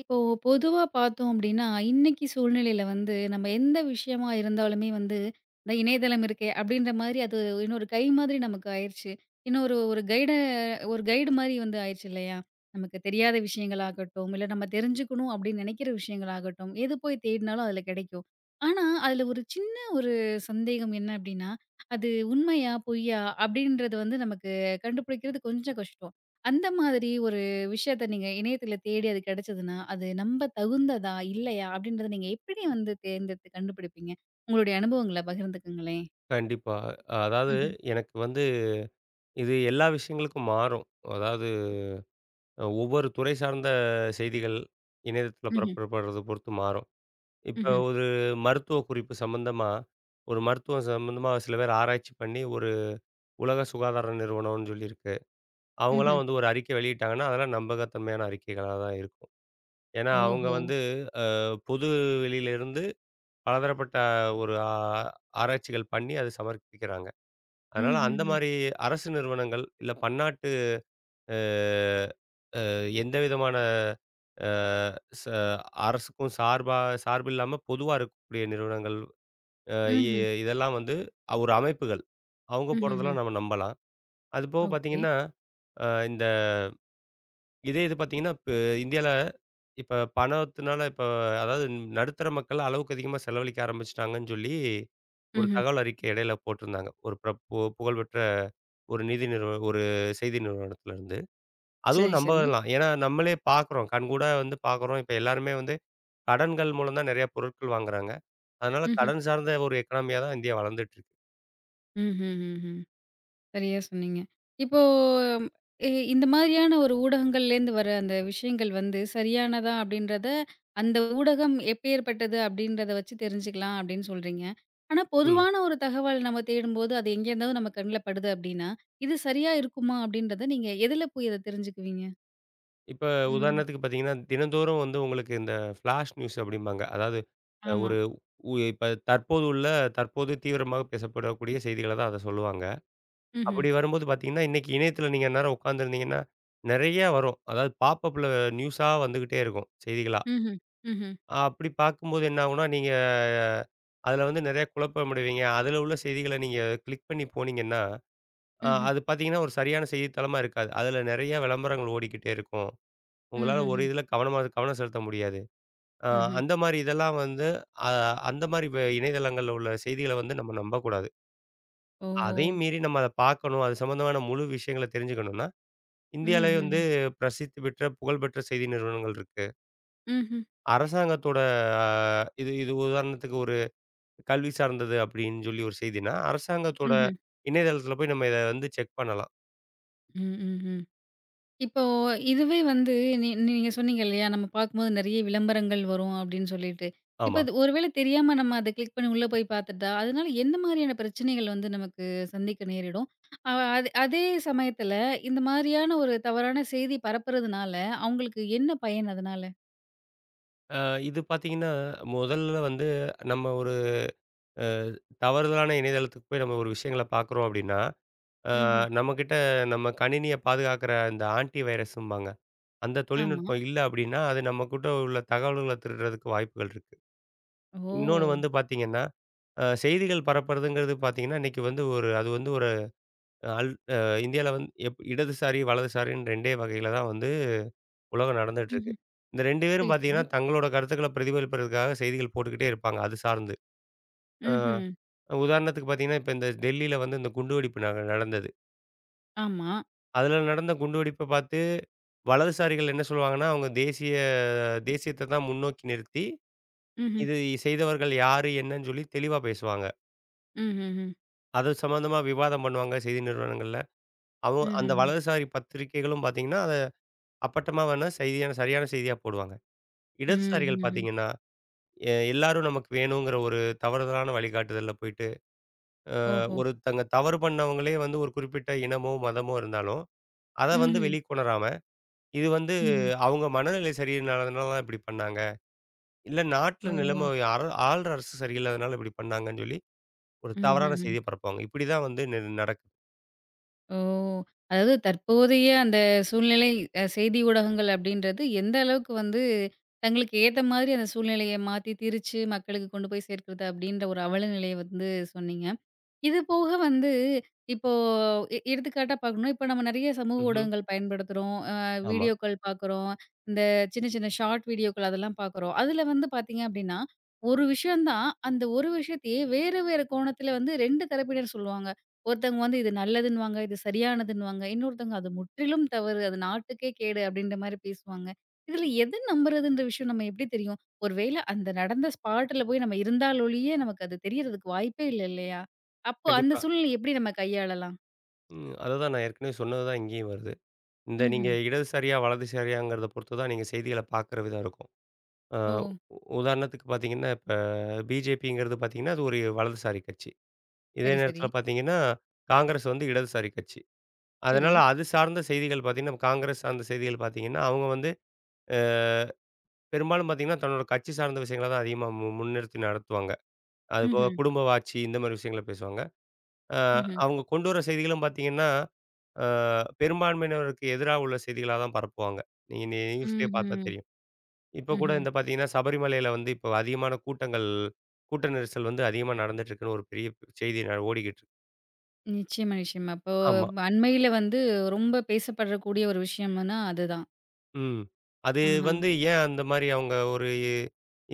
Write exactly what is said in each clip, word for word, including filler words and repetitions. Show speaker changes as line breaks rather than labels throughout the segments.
இப்போ பொதுவா பார்த்தோம் அப்படின்னா, இன்னைக்கு சூழ்நிலையில வந்து நம்ம எந்த விஷயமா இருந்தாலுமே வந்து, இந்த இணையதளம் இருக்கே அப்படின்ற மாரி அது இன்னொரு கை மாதிரி நமக்கு ஆயிருச்சு. இன்னொரு ஒரு கைட ஒரு கைடு மாரி வந்து ஆயிருச்சு இல்லையா? நமக்கு தெரியாத விஷயங்களாகட்டும், இல்ல நம்ம தெரிஞ்சுக்கணும் அப்படின்னு நெனைக்கிற விஷயங்களாகட்டும், எது போய் தேடினாலும் அதுல கெடைக்கும். ஆனா, அதுல ஒரு சின்ன ஒரு சந்தேகம் என்ன அப்படின்னா, அது உண்மையா? பொய்யா? அப்படின்றது வந்து நமக்கு கண்டுபிடிக்கிறது கொஞ்சம் கஷ்டம். அந்த மாதிரி ஒரு விஷயத்த நீங்க இணையத்துல தேடி அது கிடைச்சதுன்னா, அது நம்ப தகுந்ததா? இல்லையா? அப்படின்றத நீங்க எப்படி வந்து தேர்ந்தெடுத்து கண்டுபிடிப்பீங்க? உங்களுடைய அனுபவங்கள பகிர்ந்துக்கங்களேன்.
கண்டிப்பா. அதாவது
ம்ஹ்ம்.
எனக்கு வந்து இது எல்லா விஷயங்களுக்கும் மாறும். அதாவது அஹ், ஒவ்வொரு துறை சார்ந்த செய்திகள் இணையதளத்துல
ம்ஹ்ம்.
பரப்பப்படுறத பொறுத்து மாறும். இப்ப
ம்ஹ்ம்.
ஒரு மருத்துவ குறிப்பு சம்மந்தமா, ஒரு மருத்துவம் சம்மந்தமா சில பேர் ஆராய்ச்சி பண்ணி ஒரு உலக சுகாதார நிறுவனம்னு சொல்லியிருக்கு.
ம்ஹ்ம்.
அவங்கலாம் வந்து ஒரு அறிக்கை வெளியிட்டாங்கன்னா, அதெல்லாம் நம்பகத்தன்மையான அறிக்கைகளா தான் இருக்கும். ஏன்னா, அவங்க
ஓஹோ!
வந்து அஹ், பொது வெளியிலிருந்து பலதரப்பட்ட ஒரு ஆ ஆராய்ச்சிகள் பண்ணி அதை சமர்ப்பிக்கிறாங்க. அதனால அந்த
ம்ஹ்ஹ்ம்.
மாரி அரசு நிறுவனங்கள், இல்ல பன்னாட்டு அ எந்த விதமான அ ச அரசுக்கும் சார்பா சார்பு இல்லாம பொதுவா இருக்கக்கூடிய நிறுவனங்கள் அ இ
ம்ஹ்ம்.
இதெல்லாம் வந்து ஒரு அமைப்புகள். அவங்க
ம்ஹ்ஹ்ம்.
போடுறதெல்லாம் நம்ம நம்பலாம். அதுபோக
ஓகே.
பார்த்தீங்கன்னா, அ இந்த இதே இது பார்த்தீங்கன்னா, இப்ப இந்தியால இப்ப பணத்தினால இப்ப அதாவது நடுத்தர மக்கள் அளவுக்கு அதிகமா செலவழிக்க ஆரம்பிச்சுட்டாங்கன்னு சொல்லி, ஒரு
ம்ஹ்ம்.
தகவல் அறிக்கை இடையில போட்டிருந்தாங்க. ஒரு பிர பு புகழ்பெற்ற ஒரு நிதி நிறுவ ஒரு செய்தி நிறுவனத்திலருந்து. அதுவும்
சரி, சரி.
நம்பலாம். ஏன்னா, நம்மளே பார்க்குறோம். கண்கூடா வந்து பார்க்குறோம். இப்ப எல்லாருமே வந்து கடன்கள் மூலம் தான் நெறைய பொருட்கள் வாங்குறாங்க. அதனால
ம்ஹ்ம்.
கடன் சார்ந்த ஒரு எக்கனாமியா தான் இந்தியா வளர்ந்துட்டு இருக்கு.
ம்ஹ்ஹ்ம். சரியா சொன்னீங்க. இப்போ ம், இ இந்த மாதிரியான ஒரு ஊடகங்கள்லேருந்து வர அந்த விஷயங்கள் வந்து சரியானதா அப்படின்றத, அந்த ஊடகம் எப்பேர்ப்பட்டது அப்படின்றத வச்சு தெரிஞ்சுக்கலாம் அப்படின்னு சொல்றீங்க. ஆனா
ம்.
பொதுவான ஒரு தகவல் நம்ம தேடும்போது, அது எங்கேருந்தாவது நம்ம கண்ல படுது அப்படின்னா, இது சரியா இருக்குமா அப்படின்றத நீங்க எதுல போய் அத தெரிஞ்சுக்குவீங்க?
இப்ப
ம்.
உதாரணத்துக்கு பார்த்தீங்கன்னா, தினந்தோறும் வந்து உங்களுக்கு இந்த ஃபிளாஷ் நியூஸ் அப்படிம்பாங்க. அதாவது அ
ஆமா.
ஒரு உ இப்ப தற்போது உள்ள தற்போது தீவிரமாக பேசப்படக்கூடிய செய்திகள தான் அத சொல்லுவாங்க.
ம்ஹ்ம்.
அப்படி வரும்போது பார்த்தீங்கன்னா, இன்னைக்கு இணையத்தில நீங்க அந்நேரம் உட்காந்துருந்தீங்கன்னா, நெறைய வரும். அதாவது பாப்பப்ல நியூஸா வந்துகிட்டே இருக்கும் செய்திகளா.
ம்ஹ்ம். ம்ஹ்ம்.
அப்படி பார்க்கும்போது என்ன ஆகும்னா, நீங்க அதில வந்து நெறைய குழப்பமடைவீங்க. அதில உள்ள செய்திகள நீங்க கிளிக் பண்ணி போனீங்கன்னா, அ
ம்ஹ்ம்.
அது பார்த்தீங்கன்னா, ஒரு சரியான செய்தித்தாளமா இருக்காது. அதில நெறைய விளம்பரங்கள் ஓடிக்கிட்டே இருக்கும். உங்களால ஒரு
ம்ஹ்ஹ்ம்.
இதில கவனமா கவனம் செலுத்த முடியாது. அ
ம்ஹ்ம்.
அந்த மாரி இதெல்லாம் வந்து அ அந்த மாரி வ இணையதளங்கள்ல உள்ள செய்திகள வந்து நம்ம நம்பக்கூடாது.
ஓஹோ!
அதையும் மீறி நம்ம அத பார்க்கணும். அது சம்மந்தமான முழு விஷயங்கள தெரிஞ்சுக்கணும்னா, இந்தியாலயே வந்து
ம்ஹ்ம்.
பிரசித்தி பெற்ற, புகழ்பெற்ற செய்தி நிறுவனங்கள் இருக்கு.
ம்ஹ்ம்.
அரசாங்கத்தோட அ இது இது உதாரணத்துக்கு ஒரு கல்வி சார்ந்தது அப்படின்னு சொல்லி ஒரு செய்தின்னா, அரசாங்கத்தோட
ம்ஹ்ம்.
இணையதளத்தில போய் நம்ம இத வந்து செக் பண்ணலாம்.
ம். ம். இப்போ இதுவே வந்து நீ நீங்க சொன்னீங்க இல்லையா? நம்ம பார்க்கும்போது நெறைய விளம்பரங்கள் வரும் அப்படின்னு சொல்லிட்டு. இப்ப
ஆமா.
அது ஒருவேளை தெரியாம நம்ம அத கிளிக் பண்ணி உள்ள போய் பார்த்துட்டா, அதனால எந்த மாதிரியான பிரச்சனைகள் வந்து நமக்கு சந்திக்க நேரிடும்? அ அது அதே சமயத்துல இந்த மாதிரியான ஒரு தவறான செய்தி பரப்புறதுனால, அவங்களுக்கு என்ன பயன் அதனால?
அ இது பார்த்தீங்கன்னா, முதல்ல வந்து நம்ம ஒரு அ தவறுதலான இணையதளத்துக்கு போய் நம்ம ஒரு விஷயங்கள பார்க்குறோம் அப்படின்னா, அ
ம்ஹ்ம்.
நம்மகிட்ட நம்ம கணினிய பாதுகாக்கிற இந்த ஆன்டி வைரஸ்ம்பாங்க. அந்த
ஆமா.
தொழில்நுட்பம் இல்ல அப்படின்னா, அது நம்மகிட்ட உள்ள தகவல்கள திருடுறதுக்கு வாய்ப்புகள் இருக்கு. இன்னொன்னு
ஓ!
வந்து பார்த்தீங்கன்னா, அ செய்திகள் பரப்புறதுங்கிறது பார்த்தீங்கன்னா, இன்னைக்கு வந்து ஒரு அது வந்து ஒரு அல் அ இந்தியால வந்து எப் இடதுசாரி, வலதுசாரின்னு இரண்டு வகையில தான் வந்து உலகம் நடந்துட்டு இருக்கு.
ம்ஹ்ம்.
இந்த இரண்டு பேரும்
சரி, சரி.
பார்த்தீங்கன்னா, தங்களோட கருத்துக்கள பிரதிபலிப்பதற்காக செய்திகள் போட்டுக்கிட்டே இருப்பாங்க, அது சார்ந்து. அ
ம்ஹ்ம்.
உதாரணத்துக்கு பார்த்தீங்கன்னா, இப்ப இந்த டெல்லியில வந்து இந்த குண்டுவெடிப்பு ந நடந்தது.
ஆமா.
அதுல நடந்த குண்டுவெடிப்ப பார்த்து வலதுசாரிகள் என்ன சொல்லுவாங்கன்னா, அவங்க தேசிய தேசியத்த தான் முன்னோக்கி நிறுத்தி,
ம்ஹ்ம்.
இது செய்தவர்கள் யாரு? என்னன்னு சொல்லி தெளிவா பேசுவாங்க.
ம்ஹ்ஹ்ம்.
அது சம்மந்தமா விவாதம் பண்ணுவாங்க செய்தி நிறுவனங்கள்ல. அவங்க அந்த
ம்ஹ்ஹ்ம்.
வலதுசாரி பத்திரிகைகளும் பார்த்தீங்கன்னா, அத அப்பட்டமா வேணா செய்தியான சரியான செய்தியா போடுவாங்க. இடதுசாரிகள்
ம்ஹ்ஹ்ம்.
பார்த்தீங்கன்னா எ எல்லாரும் நமக்கு வேணுங்கிற ஒரு தவறுதலான வழிகாட்டுதல்ல போயிட்டு, அ
ஓஹோ!
ஒருத்தங்க தவறு பண்ணவங்களே வந்து ஒரு குறிப்பிட்ட இனமோ, மதமோ இருந்தாலும், அத வந்து
ம்ஹ்ம்.
வெளி கொணராம, இது வந்து
ம்ஹ்ம்.
அவங்க மனநிலை சரியில்லாதனால தான் இப்படி பண்ணாங்க. இல்ல நாட்டுல
ஓ!
நிலைமை அர ஆள்ற அரசு சரியில்லாதனால இப்படி பண்ணாங்கன்னு சொல்லி, ஒரு தவறான
ம்ஹ்ஹ்ம்.
செய்திய பரப்புவாங்க. இப்படி தான் வந்து நி நடக்குது.
ஓ! அதாவது தற்போதைய அந்த சூழ்நிலை அ செய்தி ஊடகங்கள் அப்படின்றது எந்த அளவுக்கு வந்து தங்களுக்கு ஏத்த மாதிரி அந்த சூழ்நிலைய மாத்தி, திரிச்சு மக்களுக்கு கொண்டு போய் சேர்க்கிறது அப்படின்ற ஒரு அவல நிலைய வந்து சொன்னீங்க. இது போக வந்து, இப்போ எ எடுத்துக்காட்டா பார்க்கணும்னா, இப்போ நம்ம நெறைய சமூக
ம்ஹ்ம்.
ஊடகங்கள் பயன்படுத்துறோம். அ
ஆமா.
வீடியோக்கள் பார்க்குறோம். இந்த சின்ன சின்ன ஷார்ட் வீடியோக்கள் அதெல்லாம் பார்க்குறோம். அதில வந்து பார்த்தீங்க அப்படின்னா, ஒரு விஷயம் தான். அந்த ஒரு விஷயத்தையே வேறு வேறு கோணத்தில வந்து ரெண்டு தரப்பினர் சொல்லுவாங்க. ஒருத்தவங்க வந்து இது நல்லதுன்னுவாங்க, இது சரியானதுன்னுவாங்க. இன்னொருத்தவங்க அது முற்றிலும் தவறு, அது நாட்டுக்கே கேடு அப்படின்ற மாரி பேசுவாங்க. இதில எது நம்புறதுன்ற விஷயம் நம்ம எப்படி தெரியும்? ஒரு வேள அந்த நடந்த ஸ்பாட்ல போய் நம்ம இருந்தாலொழிய நமக்கு அது தெரியறதுக்கு வாய்ப்பே இல்ல இல்லையா? அப்போ அந்த
கண்டிப்பா.
சூழ்நிலைய எப்படி நம்ம கையாளலாம்?
ம். அததான் நான் ஏற்கனவே சொன்னது தான் இங்கேயும் வருது. இந்த நீங்க
ம்ஹ்ம்.
இடதுசாரியா, வலதுசாரியாங்கிறத பொறுத்து தான் நீங்க செய்திகள பார்க்குற விதம் இருக்கும். அ
ஓ!
உ உதாரணத்துக்கு பார்த்தீங்கன்னா, இப்ப பிஜேபிங்கிறது பார்த்தீங்கன்னா, அது ஒரு வலதுசாரி கட்சி. இதே
சரி, சரி.
நேரத்தில பார்த்தீங்கன்னா, காங்கிரஸ் வந்து இடதுசாரி கட்சி.
சரி.
அதனால அது சார்ந்த செய்திகள் பார்த்தீங்கன்னா, காங்கிரஸ் சார்ந்த செய்திகள் பார்த்தீங்கன்னா, அவங்க வந்து அ பெரும்பாலும் பார்த்தீங்கன்னா, தன்னோட கட்சி சார்ந்த விஷயங்கள தான் அதிகமா மு முன்னிறுத்தி நடத்துவாங்க. அதுபோக
ம்ஹ்ம்.
குடும்ப வாட்சி இந்த மாரி விஷயங்கள பேசுவாங்க. அ
ம்ஹ்ம்.
அவங்க கொண்டு வர செய்திகளும் பார்த்தீங்கன்னா, அ பெரும்பான்மையினருக்கு எதிரா உள்ள செய்திகளா தான் பரப்புவாங்க. நீங்க நி நியூஸ்லயே பார்த்தா
ம்ஹ்ம்.
தெரியும். இப்ப கூட
ம்ஹ்ம்.
இந்த பார்த்தீங்கன்னா, சபரிமலையில வந்து இப்போ அதிகமான கூட்டங்கள் கூட்ட நெரிசல் வந்து அதிகமா நடந்துட்டு இருக்குன்னு ஒரு பெரிய செய்தி ந ஓடிக்கிட்டு இருக்கு.
நிச்சயமா, நிச்சயமா. அப்போ
ஆமா.
அண்மையில வந்து ரொம்ப பேசப்படக்கூடிய ஒரு விஷயம்னா அதுதான்.
ம். அது
ஆஹா.
வந்து ஏன் அந்த மாரி அவங்க ஒரு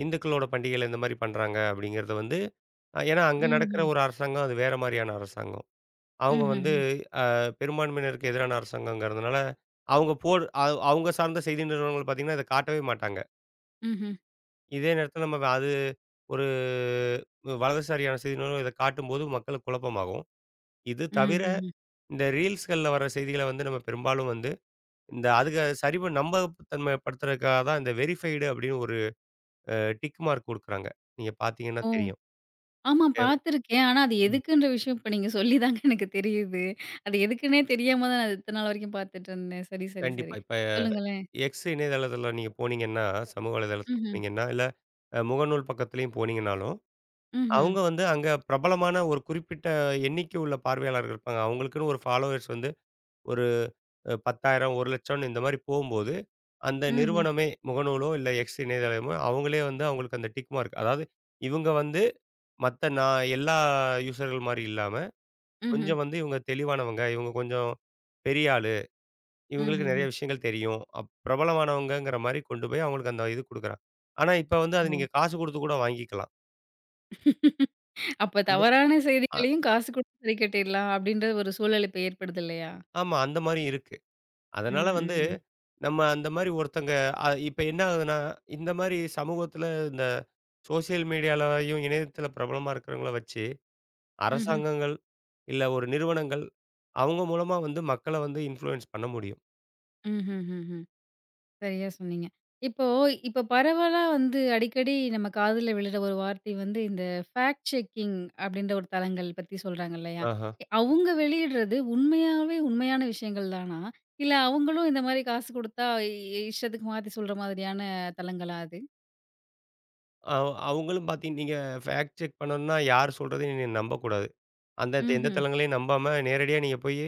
இந்துக்களோட பண்டிகையில இந்த மாரி பண்றாங்க அப்படிங்கிறத வந்து அஹ், ஏன்னா அங்க நடக்கிற
ம்ஹ்ம்.
ஒரு அரசாங்கம் அது வேற மாரியான அரசாங்கம். அவங்க வந்து
ம்ஹ்ஹ்ம்.
அ பெரும்பான்மையினருக்கு எதிரான அரசாங்கங்கிறதுனால, அவங்க போடு அவ் அவங்க சார்ந்த செய்தி நிறுவனங்கள் பார்த்தீங்கன்னா, இத காட்டவே மாட்டாங்க.
ம்ஹ்ம்.
இதே நேரத்தில நம்ம அது ஒரு வலதுசாரியான செய்தி நிறுவனம் இத காட்டும்போது மக்களுக்கு குழப்பமாகும். இது தவிர,
ம்ஹ்ஹ்ம்.
இந்த ரீல்ஸ்கள்ல வர செய்திகள வந்து நம்ம பெரும்பாலும் வந்து, இந்த அதுக்கு சரி பண் நம்பகத்தன்மைப்படுத்துறதுக்காக தான் இந்த வெரிஃபைடு அப்படின்னு ஒரு அ டிக் மார்க் குடுக்குறாங்க. நீங்க பார்த்தீங்கன்னா
ஓ!
தெரியும்.
ஆமா
எ
பார்த்துருக்கேன். ஆனா அது
ம்.
எதுக்குன்ற விஷயம் இப்ப நீங்க சொல்லி தாங்க எனக்கு தெரியுது. அது எதுக்குன்னே தெரியாம தான் நான் இத்தன நாள் வரைக்கும் பார்த்துட்டுருந்தேன். சரி, சரி,
கண்டிப்பா.
சரி.
இப்ப
சொல்லுங்களேன்.
X இணையதளத்தில நீங்க போனீங்கன்னா, சமூக வலைதளத்தில
ம்ஹ்ம்.
போனீங்கன்னா, இல்ல அ முகநூல் பக்கத்திலயும் போனீங்கன்னாலும்,
ம்ஹ்ம்.
அவங்க வந்து அங்க பிரபலமான ஒரு குறிப்பிட்ட எண்ணிக்கை உள்ள பார்வையாளர்கள் இருப்பாங்க. அவங்களுக்குன்னு ஒரு ஃபாலோவர்ஸ் வந்து ஒரு அ பத்தாயிரம் ஒரு லட்சம் இந்த மாரி போம்போது, அந்த
ம்ஹ்ம்.
நிறுவனமே முகநூலோ இல்ல எக்ஸ் இணையதளமோ அவங்களே வந்து அவங்களுக்கு அந்த டிக் மார்க் அதாவது இவங்க வந்து மத்த நான் எல்லா யூசர்கள் மாரி இல்லாம,
ம்ஹ்ம்.
கொஞ்சம் வந்து இவங்க தெளிவானவங்க, இவங்க கொஞ்சம் பெரிய ஆளு,
ம்ஹ்ம்.
இவங்களுக்கு நெறைய
ம்ஹ்ஹ்ம்.
விஷயங்கள் தெரியும். அப் பிரபலமானவங்கங்கிற மாரி கொண்டு போய் அவங்களுக்கு அந்த இது குடுக்குறாங்க. ஆனா இப்ப வந்து அது
ஓ!
நீங்க காசு குடுத்து கூட வாங்கிக்கலாம்.
அப்ப
அந்த
தவறான
அ
செய்திகளையும் காசு குடுத்து சரி கட்டிடலாம் அப்படின்ற ஒரு சூழல் இப்ப ஏற்படுது இல்லையா?
ஆமா அந்த மாரி இருக்கு. அதனால
ம்,
வந்து,
ம்.
நம்ம அந்த மாரி ஒருத்தங்க அ இப்ப என்ன ஆகுதுன்னா, இந்த மாரி சமூகத்தில இந்த சோசியல் மீடியாலயும், இணையத்தில பிரபலமா இருக்கிறவங்கள வச்சு,
ம்ஹ்ம்.
அரசாங்கங்கள் இல்ல ஒரு நிறுவனங்கள், அவங்க மூலமா வந்து மக்கள வந்து இன்ஃப்ளூயன்ஸ் பண்ண முடியும்.
ம்ஹ்ஹ்ஹ்ம். சரியா சொன்னீங்க. இப்போ இப்ப பரவலா வந்து அடிக்கடி நம்ம காதுல விழுற ஒரு வார்த்தை வந்து இந்த ஃபேக்ட் செக்கிங் அப்படின்ற ஒரு தளங்கள் பத்தி சொல்றாங்க இல்லையா?
ஆஹா.
எ- அவங்க வெளியிடுறது உண்மையாவே உண்மையான விஷயங்கள் தானா? இல்ல அவங்களும் இந்த மாரி காசு குடுத்தா இ இ- இஷ்டத்துக்கு மாத்தி சொல்ற மாதிரியான தளங்களா அது?
அவ் அவங்களும் பார்த்தீங்க நீங்க ஃபேக்ட் செக் பண்ணணும்னா, யார் சொல்றதையும் நீங்க நம்பக்கூடாது. அந்த த- எந்த
ம்ஹ்ம்.
தளங்களையும் நம்பாம, நேரடியா நீங்க போயி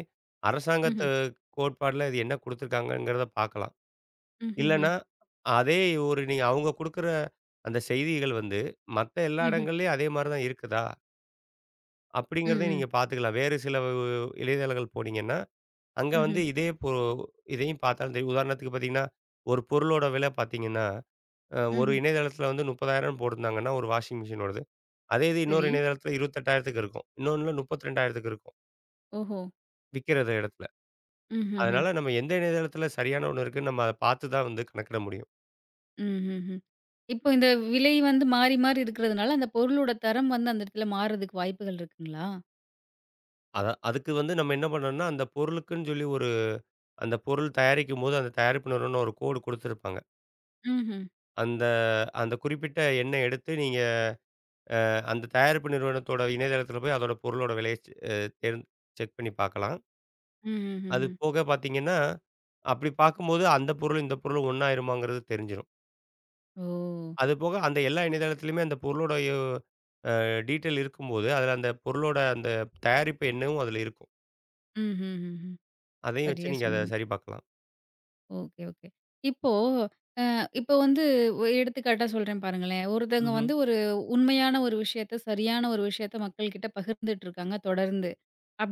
ம்ஹ்ம்.
அரசாங்கத்து கோட்பாடுல இது என்ன குடுத்துருக்காங்கங்கிறத பார்க்கலாம்.
ம்ஹ்ஹ்ம்.
இல்லன்னா, அதே ஒரு நீங்க அவங்க குடுக்குற அந்த செய்திகள் வந்து, மத்த எல்லா
ம்ஹ்ம்.
இடங்கள்லயும் அதே மாரி தான் இருக்குதா?
ம்,
அப்படிங்கிறதையும்
ம்.
நீங்க பார்த்துக்கலாம். வேறு சில வ இணையதளங்கள் போனீங்கன்னா, அங்க
ம்ஹ்ம்.
வந்து இதே பொ இதையும் பார்த்தாலும் தெரியும். உதாரணத்துக்கு பார்த்தீங்கன்னா, ஒரு பொருளோட விலை பார்த்தீங்கன்னா, அ ஒரு
ம்ஹ்ம்.
இணையதளத்தில வந்து 30,000ன்னு போட்டிருந்தாங்கன்னா, ஒரு வாஷிங் மிஷினோடது. அதே இது இன்னொரு
சரி.
இணையதளத்தில 28,000த்துக்கு இருக்கும். இன்னொன்னுல 32,000த்துக்கு இருக்கும்.
ஓஹோ!
விக்கிற இடத்துல.
ம்ஹ்ஹ்ம்.
அதனால நம்ம எந்த இணையதளத்தில சரியான ஒண்ணு இருக்குன்னு நம்ம அத பார்த்து தான் வந்து கணக்கிட முடியும்.
ம்ஹ்ஹ்ம். இப்போ இந்த விலை வந்து மாறி, மாறி இருக்கிறதுனால, அந்த பொருளோட தரம் வந்து அந்த இடத்துல மாறுறதுக்கு வாய்ப்புகள் இருக்குங்களா?
அத அதுக்கு வந்து நம்ம என்ன பண்ணணும்னா, அந்த பொருளுக்குன்னு சொல்லி ஒரு அந்த பொருள் தயாரிக்கும்போது, அந்த தயாரிப்பு நிறுவனம் ஒரு கோடு குடுத்துருப்பாங்க.
ம்ஹ்ம்.
அந்த அந்த குறிப்பிட்ட எண்ணை எடுத்து நீங்க அந்த தயாரிப்பு நிறுவனத்தோட இணையதளத்தில போய் அதோட பொருளோட விலைய செ அ தேர்ந் செக் பண்ணி பார்க்கலாம். அது
ம்ஹ்ஹ்ஹ்ம்.
போக பார்த்தீங்கன்னா, அப்படி பார்க்கும்போது அந்த பொருள், இந்த பொருள் ஒண்ணாயிருமாங்கிறது தெரிஞ்சிரும்.
ஓ!
அது போக அந்த எல்லா இணையதளத்திலயுமே அந்த பொருளோட யோ அ டீட்டெயில் இருக்கும்போது, அதில அந்த பொருளோட அந்த தயாரிப்பு எண்ணமும் அதில இருக்கும்.
ம்ஹ்ஹ்ஹ்ம்.
அதையும் வச்சு
சரியா
நீங்க அத
சொன்னீங்க.
சரி பார்க்கலாம்.
Okay, okay. இப்போ அ இப்போ வந்து ஒ எடுத்துக்காட்டா சொல்றேன் பாருங்களேன். ஒருத்தவங்க
ம்ஹ்ம்.
வந்து ஒரு உண்மையான ஒரு விஷயத்த, சரியான ஒரு விஷயத்த மக்கள்கிட்ட பகிர்ந்துட்டு இருக்காங்க தொடர்ந்து.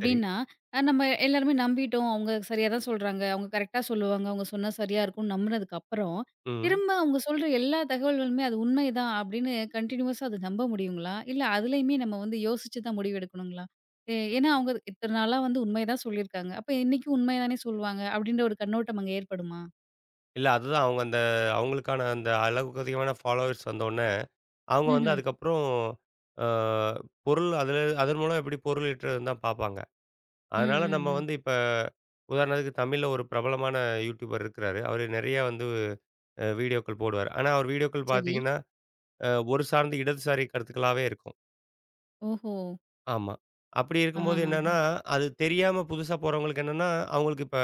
சரி.
அ நம்ம எல்லாருமே நம்பிட்டோம். அவங்க சரியா தான் சொல்றாங்க. அவங்க கரெக்ட்டா சொல்லுவாங்க. அவங்க சொன்னா சரியா இருக்கும்னு நம்புனதுக்கு அப்புறம்,
ம்.
திரும்ப அவங்க சொல்ற எல்லா தகவல்களுமே அது உண்மைதான் அப்படின்னு கன்டினியூவஸா அத நம்ப முடியுங்களா? இல்ல அதுலயுமே நம்ம வந்து யோசிச்சு தான் முடிவு எடுக்கணுங்களா? ஏ ஏன்னா அவங்க இத்தன நாளா வந்து உண்மைய தான் சொல்லியிருக்காங்க. அப்ப இன்னைக்கும் உண்மைய தானே சொல்லுவாங்க அப்படின்ற ஒரு கண்ணோட்டம் அங்க ஏற்படுமா?
இல்ல அதுதான் அவங்க அந்த அவங்களுக்கான அந்த அளவுக்கு அதிகமான ஃபாலோவர்ஸ் வந்தோனே, அவங்க வந்து
ம்ஹ்ம்.
அதுக்கப்புறம் அ பொருள் அதில அதன் மூலம் எப்படி பொருள் ஈட்டுறதுன்னு தான் பார்ப்பாங்க.
ம்,
அதனால
ம்,
நம்ம
ம்.
வந்து இப்ப உதாரணத்துக்கு தமிழ்ல ஒரு பிரபலமான யூடியூபர் இருக்கிறாரு. அவரு நெறைய வந்து அ வீடியோக்கள் போடுவாரு. ஆனா அவர் வீடியோக்கள்
சரி.
பார்த்தீங்கன்னா, அ ஒரு சார்ந்த இடதுசாரி கருத்துக்களாவே இருக்கும்.
ஓஹோ!
ஆமா. அப்படி இருக்கும்போது
ஆஹா.
என்னன்னா, அது தெரியாம புதுசா போறவங்களுக்கு என்னன்னா, அவங்களுக்கு இப்ப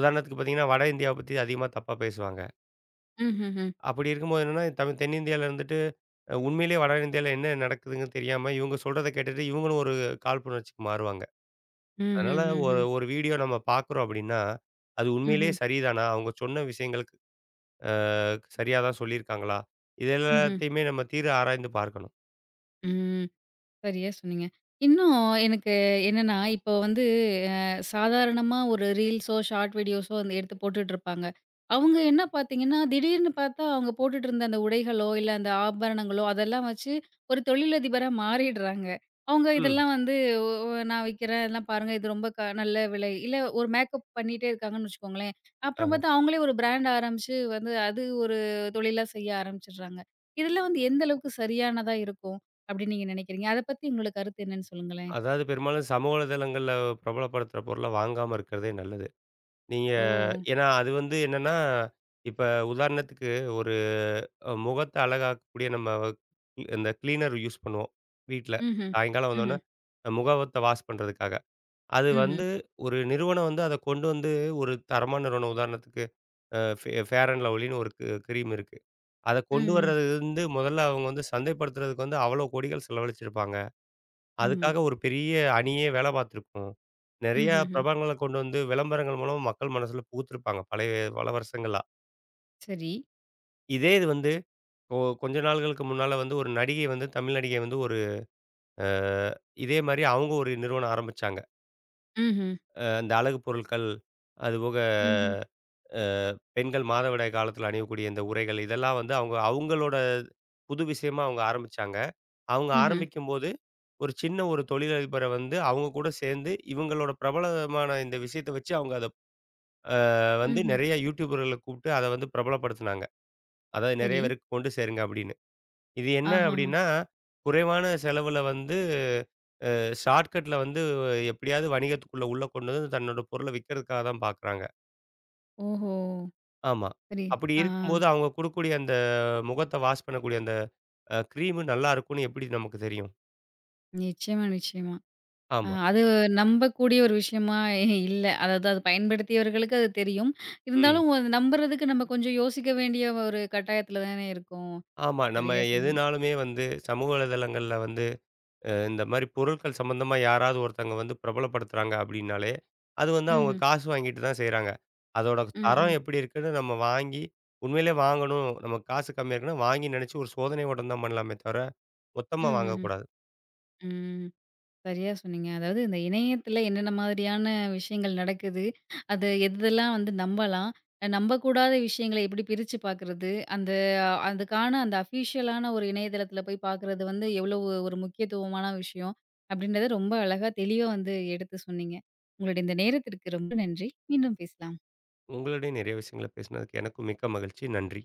உதாரணத்துக்கு பார்த்தீங்கன்னா, வட இந்தியாவ பத்தி அதிகமா தப்பா பேசுவாங்க.
ம்ஹ்ஹ்ம்.
அப்படி இருக்கும்போது என்னன்னா, தமிழ் தென்னிந்தியால இருந்துட்டு, அ உண்மையிலேயே வட இந்தியால என்ன நடக்குதுங்கன்னு தெரியாம, இவங்க சொல்றத கேட்டுட்டு இவங்களும் ஒரு காழ்ப்புணர்ச்சிக்கு மாறுவாங்க. அதனால ஒரு
ம்ஹ்ஹ்ஹ்ம்.
ஒரு வீடியோ நம்ம பார்க்குறோம் அப்படின்னா, அது உண்மையிலேயே
ம்ஹ்ம்.
சரிதானா? அவங்க சொன்ன விஷயங்களுக்கு அ சரியா தான் சொல்லியிருக்காங்களா? இது
ம்ஹ்ம். ம். ம். ம்ஹும், ம்ஹும்.
எல்லாத்தையுமே நம்ம தீர ஆராய்ந்து பார்க்கணும்.
ம். சரியா சொன்னீங்க. இன்னும் எனக்கு என்னன்னா, இப்போ வந்து, சாதாரணமா ஒரு ரீல்ஸோ, ஷார்ட் வீடியோஸோ வந்து எடுத்து போட்டுட்ருப்பாங்க. அவங்க என்ன பார்த்தீங்கன்னா, திடீர்னு பார்த்தா அவங்க போட்டுட்டு இருந்த அந்த உடைகளோ, இல்ல அந்த ஆபரணங்களோ அதெல்லாம் வச்சு ஒரு தொழிலதிபரா மாறிடுறாங்க. அவங்க
ம்.
இதெல்லாம் வந்து ஒ நான் விக்கிறேன் இதெல்லாம் பாருங்க இது ரொம்ப க நல்ல விலை. இல்ல ஒரு மேக்கப் பண்ணிட்டே இருக்காங்கன்னு வச்சுக்கோங்களேன்.
அ
அப்புறம் பார்த்தா அவங்களே ஒரு பிராண்ட் ஆரம்பிச்சு வந்து அது ஒரு தொழிலா செய்ய ஆரம்பிச்சுடுறாங்க. இதெல்லாம் வந்து எந்த அளவுக்கு சரியானதா இருக்கும் அப்படின்னு நீங்க நினைக்கிறீங்க? அத பத்தி உங்களோட கருத்து என்னன்னு சொல்லுங்களேன்?
அதாவது பெரும்பாலும் சமூக வலைதளங்கள்ல பிரபலப்படுத்துற பொருள வாங்காம இருக்கிறதே நல்லது. நீங்க
ஓ!
ஏன்னா அது வந்து என்னன்னா, இப்ப உதாரணத்துக்கு ஒரு அ முகத்த அழகாக்கக்கூடிய நம்ம இந்த கிளீனர் யூஸ் பண்ணுவோம் வீட்ல.
ம்ஹ்ம்.
சாயங்காலம் வந்தோனே
ம்ஹ்ம்.
முகவத்த வாஷ் பண்றதுக்காக. அது
ம்ஹ்ம்.
வந்து ஒரு நிறுவனம் வந்து அத கொண்டு வந்து ஒரு தரமான நிறுவனம் உதாரணத்துக்கு அ ஃபே ஃபேர் அண்ட் லவ்லின்னு ஒரு க் கிரீம் இருக்கு. அத கொண்டு
ம்.
வர்றது வந்து முதல்ல அவங்க வந்து சந்தைப்படுத்துறதுக்கு வந்து அவ்வளோ கோடிகள் செலவழிச்சிருப்பாங்க.
ஆமா.
அதுக்காக ஒரு பெரிய அணியே வேலை பார்த்துருக்கும். நெறையா
ம்ஹ்ஹ்ம்.
பிரபலங்கள கொண்டு வந்து விளம்பரங்கள் மூலமா மக்கள் மனசுல புகுத்திருப்பாங்க. பழைய பல வருஷங்களா.
சரி.
இதே இது வந்து கொ கொஞ்ச நாள்களுக்கு முன்னால வந்து ஒரு நடிகை வந்து தமிழ் நடிகை வந்து ஒரு அ இதே மாரி அவங்க ஒரு நிறுவனம் ஆரம்பிச்சாங்க.
ம்ஹ்ம்.
அ இந்த அழகு பொருட்கள், அதுபோக
ம்ஹ்ம்.
அ பெண்கள் மாதவிடாய் காலத்தில அணியக்கூடிய இந்த உறைகள் இதெல்லாம் வந்து அவங்க அவங்களோட புது விஷயமா அவங்க ஆரம்பிச்சாங்க. அவங்க
ம்ஹ்ம்.
ஆரம்பிக்கும்போது ஒரு சின்ன ஒரு தொழிலதிபர வந்து அவங்க கூட சேர்ந்து இவங்களோட பிரபலமான இந்த விஷயத்த வச்சு அவங்க அத அ வந்து
ம்ஹ்ம்.
நெறைய யூடியூபர்கள கூப்பிட்டு அத வந்து பிரபலப்படுத்துனாங்க. அதாவது நெறைய
சரி.
பேருக்கு கொண்டு சேருங்க அப்படின்னு. இது என்ன
ஆஹஹா.
அப்படின்னா, குறைவான செலவுல வந்து ஷார்ட்கட்ல வந்து எப்படியாவது வணிகத்துக்குள்ள உள்ள கொண்டு வந்து தன்னோட பொருள விக்கிறதுக்காக தான் பார்க்குறாங்க.
ஓஹோ!
ஆமா.
சரி.
அப்படி
ஆ
இருக்கும்போது அவங்க குடுக்கக்கூடிய அந்த முகத்த வாஷ் பண்ணக்கூடிய அந்த அ கிரீமு நல்லா இருக்கும்னு எப்படி நமக்கு தெரியும்?
நிச்சயமா, நிச்சயமா. அ
ஆமா.
அது நம்பக்கூடிய ஒரு விஷயமா இல்ல. அதாவது அது பயன்படுத்தியவர்களுக்கு அது தெரியும்.
ம்.
இருந்தாலும் அது நம்புறதுக்கு நம்ம கொஞ்சம் யோசிக்க வேண்டிய ஒரு கட்டாயத்துல தானே இருக்கோம்.
ஆமா. நம்ம
சரியா சொன்னீங்க.
எதுனாலுமே வந்து சமூக வலைதளங்கள்ல வந்து அ இந்த மாரி பொருட்கள் சம்மந்தமா யாராவது ஒருத்தங்க வந்து பிரபலப்படுத்துறாங்க அப்படின்னாலே, அது வந்து அவங்க
ம்ஹ்ம்.
காசு வாங்கிட்டு தான் செய்றாங்க. அதோட
ம்,
தரம்
ம்.
எப்படி இருக்குன்னு நம்ம வாங்கி உண்மையிலே வாங்கணும். நம்ம காசு கம்மியா இருக்குன்னா வாங்கி நினைச்சு ஒரு சோதனை ஓட்டம் தான் பண்ணலாமே தவிர, மொத்தமா
ம்ஹ்ஹ்ம்.
வாங்கக்கூடாது.
ம். சரியா சொன்னீங்க. அதாவது இந்த இணையத்தில என்னென்ன மாதிரியான விஷயங்கள் நடக்குது? அது எதெல்லாம் வந்து நம்பலாம்? அ நம்பக்கூடாத விஷயங்கள எப்படி பிரிச்சு பார்க்குறது? அந்த அஹ், அதுக்கான அந்த அஃபிஷியலான ஒரு இணையதளத்தில போய் பார்க்குறது வந்து எவ்வளவு ஒரு முக்கியத்துவமான விஷயம்? அப்படின்றத ரொம்ப அழகா தெளிவா வந்து எடுத்து சொன்னீங்க. உங்களுடைய இந்த நேரத்திற்கு ரொம்ப நன்றி. மீண்டும் பேசலாம்.
உங்களுடைய நிறைய விஷயங்கள பேசினதுக்கு எனக்கும் மிக்க மகிழ்ச்சி. நன்றி.